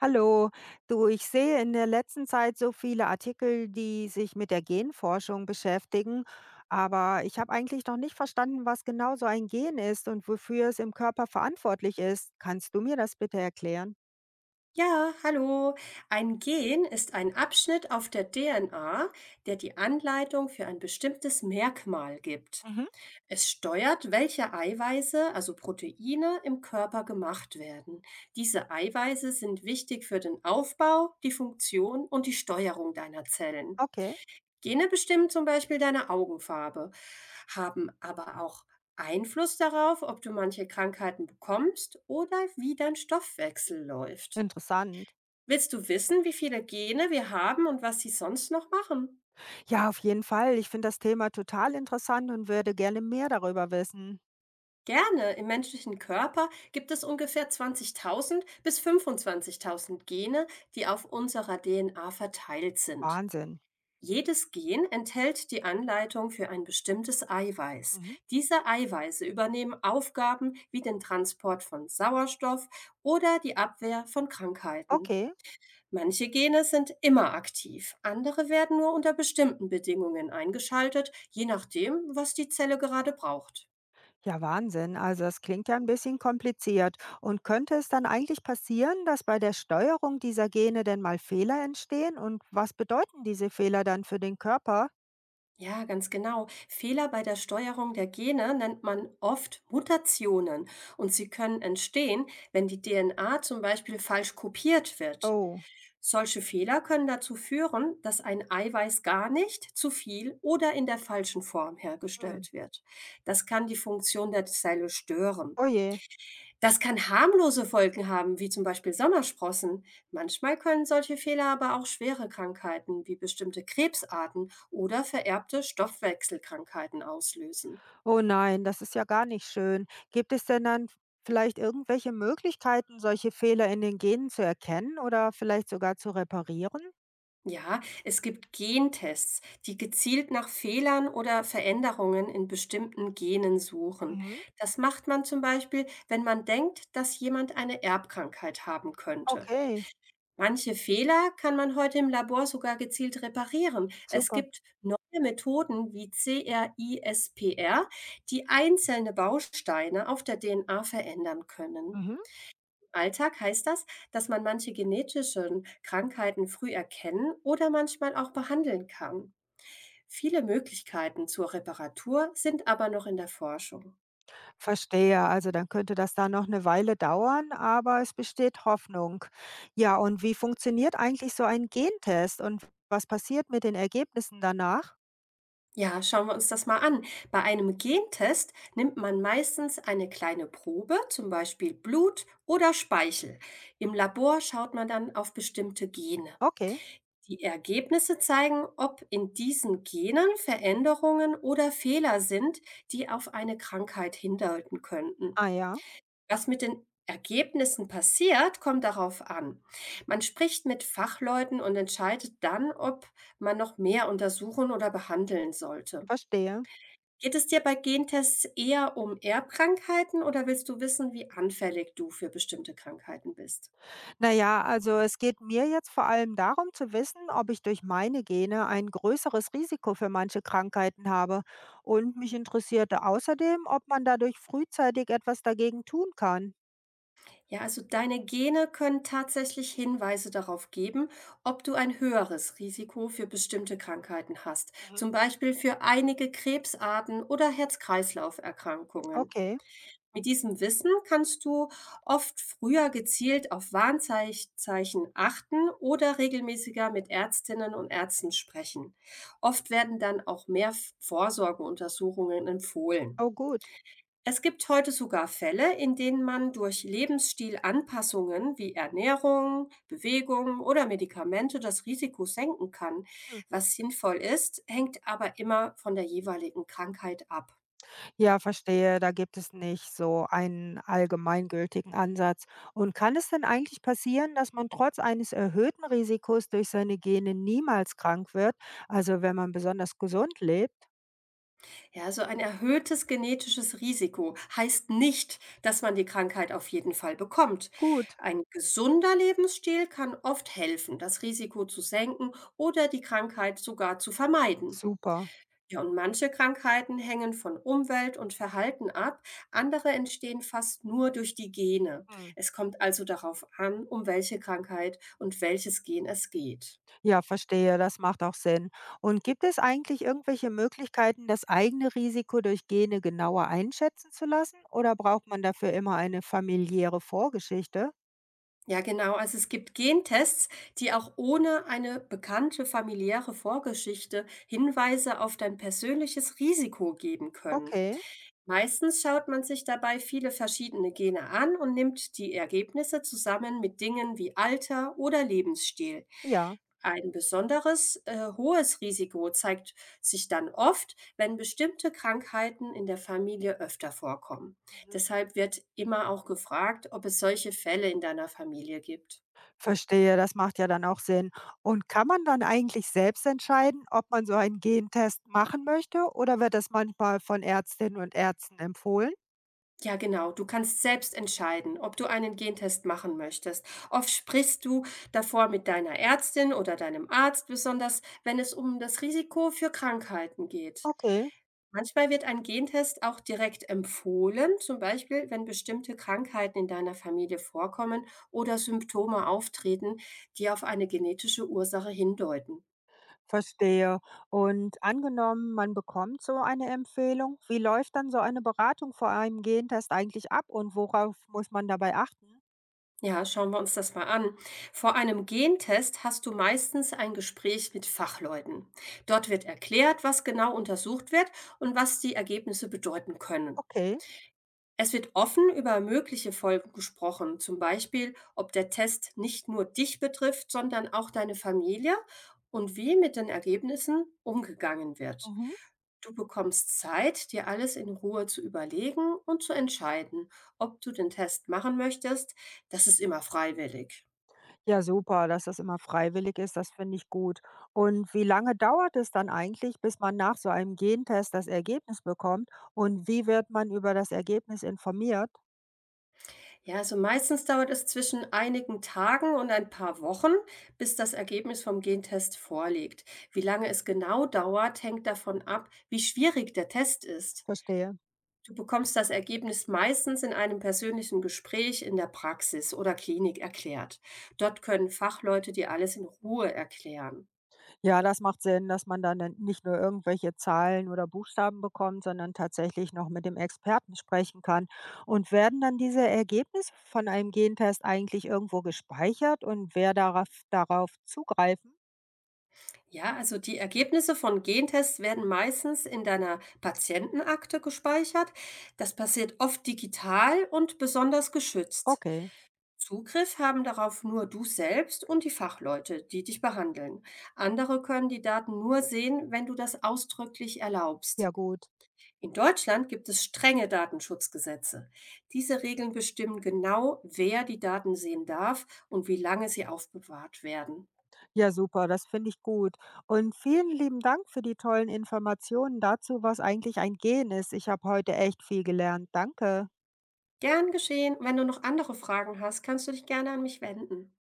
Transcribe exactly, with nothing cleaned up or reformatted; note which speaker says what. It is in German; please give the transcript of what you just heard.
Speaker 1: Hallo, du, ich sehe in der letzten Zeit so viele Artikel, die sich mit der Genforschung beschäftigen, aber ich habe eigentlich noch nicht verstanden, was genau so ein Gen ist und wofür es im Körper verantwortlich ist. Kannst du mir das bitte erklären?
Speaker 2: Ja, hallo. Ein Gen ist ein Abschnitt auf der D N A, der die Anleitung für ein bestimmtes Merkmal gibt.
Speaker 1: Mhm.
Speaker 2: Es steuert, welche Eiweiße, also Proteine, im Körper gemacht werden. Diese Eiweiße sind wichtig für den Aufbau, die Funktion und die Steuerung deiner Zellen.
Speaker 1: Okay,
Speaker 2: Gene bestimmen zum Beispiel deine Augenfarbe, haben aber auch Einfluss darauf, ob du manche Krankheiten bekommst oder wie dein Stoffwechsel läuft.
Speaker 1: interessant.
Speaker 2: Willst du wissen, wie viele Gene wir haben und was sie sonst noch machen?
Speaker 1: Ja, auf jeden Fall. Ich finde das Thema total interessant und würde gerne mehr darüber wissen.
Speaker 2: Gerne. Im menschlichen Körper gibt es ungefähr zwanzigtausend bis fünfundzwanzigtausend Gene, die auf unserer D N A verteilt sind.
Speaker 1: Wahnsinn.
Speaker 2: Jedes Gen enthält die Anleitung für ein bestimmtes Eiweiß.
Speaker 1: Mhm.
Speaker 2: Diese Eiweiße übernehmen Aufgaben wie den Transport von Sauerstoff oder die Abwehr von Krankheiten.
Speaker 1: Okay.
Speaker 2: Manche Gene sind immer aktiv, andere werden nur unter bestimmten Bedingungen eingeschaltet, je nachdem, was die Zelle gerade braucht.
Speaker 1: Ja, Wahnsinn. Also das klingt ja ein bisschen kompliziert. Und könnte es dann eigentlich passieren, dass bei der Steuerung dieser Gene denn mal Fehler entstehen? Und was bedeuten diese Fehler dann für den Körper?
Speaker 2: Ja, ganz genau. Fehler bei der Steuerung der Gene nennt man oft Mutationen und sie können entstehen, wenn die D N A zum Beispiel falsch kopiert wird.
Speaker 1: Oh,
Speaker 2: Solche Fehler können dazu führen, dass ein Eiweiß gar nicht, zu viel oder in der falschen Form
Speaker 1: hm.
Speaker 2: hergestellt wird. Das kann die Funktion der Zelle stören.
Speaker 1: Oh je.
Speaker 2: Das kann harmlose Folgen haben, wie zum Beispiel Sommersprossen. Manchmal können solche Fehler aber auch schwere Krankheiten wie bestimmte Krebsarten oder vererbte Stoffwechselkrankheiten auslösen.
Speaker 1: Oh nein, das ist ja gar nicht schön. Gibt es denn dann vielleicht irgendwelche Möglichkeiten, solche Fehler in den Genen zu erkennen oder vielleicht sogar zu reparieren?
Speaker 2: Ja, es gibt Gentests, die gezielt nach Fehlern oder Veränderungen in bestimmten Genen suchen.
Speaker 1: Mhm.
Speaker 2: Das macht man zum Beispiel, wenn man denkt, dass jemand eine Erbkrankheit haben könnte.
Speaker 1: Okay,
Speaker 2: Manche Fehler kann man heute im Labor sogar gezielt reparieren. Es
Speaker 1: super.
Speaker 2: gibt neue Methoden wie CRISPR, die einzelne Bausteine auf der D N A verändern können.
Speaker 1: Mhm.
Speaker 2: Alltag heißt das, dass man manche genetischen Krankheiten früh erkennen oder manchmal auch behandeln kann. Viele Möglichkeiten zur Reparatur sind aber noch in der Forschung.
Speaker 1: Verstehe, also dann könnte das da noch eine Weile dauern, aber es besteht Hoffnung. Ja, und wie funktioniert eigentlich so ein Gentest und was passiert mit den Ergebnissen danach?
Speaker 2: Ja, schauen wir uns das mal an. Bei einem Gentest nimmt man meistens eine kleine Probe, zum Beispiel Blut oder Speichel. Im Labor schaut man dann auf bestimmte Gene.
Speaker 1: Okay,
Speaker 2: Die Ergebnisse zeigen, ob in diesen Genen Veränderungen oder Fehler sind, die auf eine Krankheit hindeuten könnten.
Speaker 1: ah ja,
Speaker 2: Was mit den Ergebnissen passiert, kommt darauf an. Man spricht mit Fachleuten und entscheidet dann, ob man noch mehr untersuchen oder behandeln sollte.
Speaker 1: verstehe.
Speaker 2: Geht es dir bei Gentests eher um Erbkrankheiten oder willst du wissen, wie anfällig du für bestimmte Krankheiten bist?
Speaker 1: Na ja, also es geht mir jetzt vor allem darum zu wissen, ob ich durch meine Gene ein größeres Risiko für manche Krankheiten habe. Und mich interessierte außerdem, ob man dadurch frühzeitig etwas dagegen tun kann.
Speaker 2: Ja, also deine Gene können tatsächlich Hinweise darauf geben, ob du ein höheres Risiko für bestimmte Krankheiten hast,
Speaker 1: Mhm.
Speaker 2: zum Beispiel für einige Krebsarten oder Herz-Kreislauf-Erkrankungen.
Speaker 1: Okay,
Speaker 2: Mit diesem Wissen kannst du oft früher gezielt auf Warnzeichen achten oder regelmäßiger mit Ärztinnen und Ärzten sprechen. Oft werden dann auch mehr Vorsorgeuntersuchungen empfohlen.
Speaker 1: oh gut.
Speaker 2: Es gibt heute sogar Fälle, in denen man durch Lebensstilanpassungen wie Ernährung, Bewegung oder Medikamente das Risiko senken kann.
Speaker 1: Hm.
Speaker 2: Was sinnvoll ist, hängt aber immer von der jeweiligen Krankheit ab.
Speaker 1: Ja, verstehe, da gibt es nicht so einen allgemeingültigen Ansatz. Und kann es denn eigentlich passieren, dass man trotz eines erhöhten Risikos durch seine Gene niemals krank wird? Also wenn man besonders gesund lebt?
Speaker 2: Ja, also ein erhöhtes genetisches Risiko heißt nicht, dass man die Krankheit auf jeden Fall bekommt.
Speaker 1: Gut,
Speaker 2: Ein gesunder Lebensstil kann oft helfen, das Risiko zu senken oder die Krankheit sogar zu vermeiden.
Speaker 1: super.
Speaker 2: Ja, und manche Krankheiten hängen von Umwelt und Verhalten ab, andere entstehen fast nur durch die Gene.
Speaker 1: Hm.
Speaker 2: Es kommt also darauf an, um welche Krankheit und welches Gen es geht.
Speaker 1: Ja, verstehe, das macht auch Sinn. Und gibt es eigentlich irgendwelche Möglichkeiten, das eigene Risiko durch Gene genauer einschätzen zu lassen? Oder braucht man dafür immer eine familiäre Vorgeschichte?
Speaker 2: Ja, genau. Also es gibt Gentests, die auch ohne eine bekannte familiäre Vorgeschichte Hinweise auf dein persönliches Risiko geben können.
Speaker 1: Okay,
Speaker 2: Meistens schaut man sich dabei viele verschiedene Gene an und nimmt die Ergebnisse zusammen mit Dingen wie Alter oder Lebensstil.
Speaker 1: ja.
Speaker 2: Ein besonderes äh, hohes Risiko zeigt sich dann oft, wenn bestimmte Krankheiten in der Familie öfter vorkommen.
Speaker 1: Mhm.
Speaker 2: Deshalb wird immer auch gefragt, ob es solche Fälle in deiner Familie gibt.
Speaker 1: Verstehe, das macht ja dann auch Sinn. Und kann man dann eigentlich selbst entscheiden, ob man so einen Gentest machen möchte oder wird das manchmal von Ärztinnen und Ärzten empfohlen?
Speaker 2: Ja, genau. Du kannst selbst entscheiden, ob du einen Gentest machen möchtest. Oft sprichst du davor mit deiner Ärztin oder deinem Arzt, besonders wenn es um das Risiko für Krankheiten geht.
Speaker 1: Okay.
Speaker 2: Manchmal wird ein Gentest auch direkt empfohlen, zum Beispiel wenn bestimmte Krankheiten in deiner Familie vorkommen oder Symptome auftreten, die auf eine genetische Ursache hindeuten.
Speaker 1: Verstehe. Und angenommen, man bekommt so eine Empfehlung, wie läuft dann so eine Beratung vor einem Gentest eigentlich ab und worauf muss man dabei achten?
Speaker 2: Ja, schauen wir uns das mal an. Vor einem Gentest hast du meistens ein Gespräch mit Fachleuten. Dort wird erklärt, was genau untersucht wird und was die Ergebnisse bedeuten können.
Speaker 1: Okay.
Speaker 2: Es wird offen über mögliche Folgen gesprochen, zum Beispiel, ob der Test nicht nur dich betrifft, sondern auch deine Familie und wie mit den Ergebnissen umgegangen wird.
Speaker 1: Mhm.
Speaker 2: Du bekommst Zeit, dir alles in Ruhe zu überlegen und zu entscheiden, ob du den Test machen möchtest. Das ist immer freiwillig.
Speaker 1: Ja, super, dass das immer freiwillig ist, das finde ich gut. Und wie lange dauert es dann eigentlich, bis man nach so einem Gentest das Ergebnis bekommt? Und wie wird man über das Ergebnis informiert?
Speaker 2: Ja, also meistens dauert es zwischen einigen Tagen und ein paar Wochen, bis das Ergebnis vom Gentest vorliegt. Wie lange es genau dauert, hängt davon ab, wie schwierig der Test ist.
Speaker 1: Verstehe.
Speaker 2: Du bekommst das Ergebnis meistens in einem persönlichen Gespräch in der Praxis oder Klinik erklärt. Dort können Fachleute dir alles in Ruhe erklären.
Speaker 1: Ja, das macht Sinn, dass man dann dann nicht nur irgendwelche Zahlen oder Buchstaben bekommt, sondern tatsächlich noch mit dem Experten sprechen kann. Und werden dann diese Ergebnisse von einem Gentest eigentlich irgendwo gespeichert und wer darauf, darauf zugreifen?
Speaker 2: Ja, also die Ergebnisse von Gentests werden meistens in deiner Patientenakte gespeichert. Das passiert oft digital und besonders geschützt.
Speaker 1: Okay,
Speaker 2: Zugriff haben darauf nur du selbst und die Fachleute, die dich behandeln. Andere können die Daten nur sehen, wenn du das ausdrücklich
Speaker 1: ja
Speaker 2: erlaubst.
Speaker 1: gut.
Speaker 2: In Deutschland gibt es strenge Datenschutzgesetze. Diese Regeln bestimmen genau, wer die Daten sehen darf und wie lange sie aufbewahrt werden.
Speaker 1: Ja, super, das finde ich gut. Und vielen lieben Dank für die tollen Informationen dazu, was eigentlich ein Gen ist. Ich habe heute echt viel gelernt. Danke.
Speaker 2: Gern geschehen. Wenn du noch andere Fragen hast, kannst du dich gerne an mich wenden.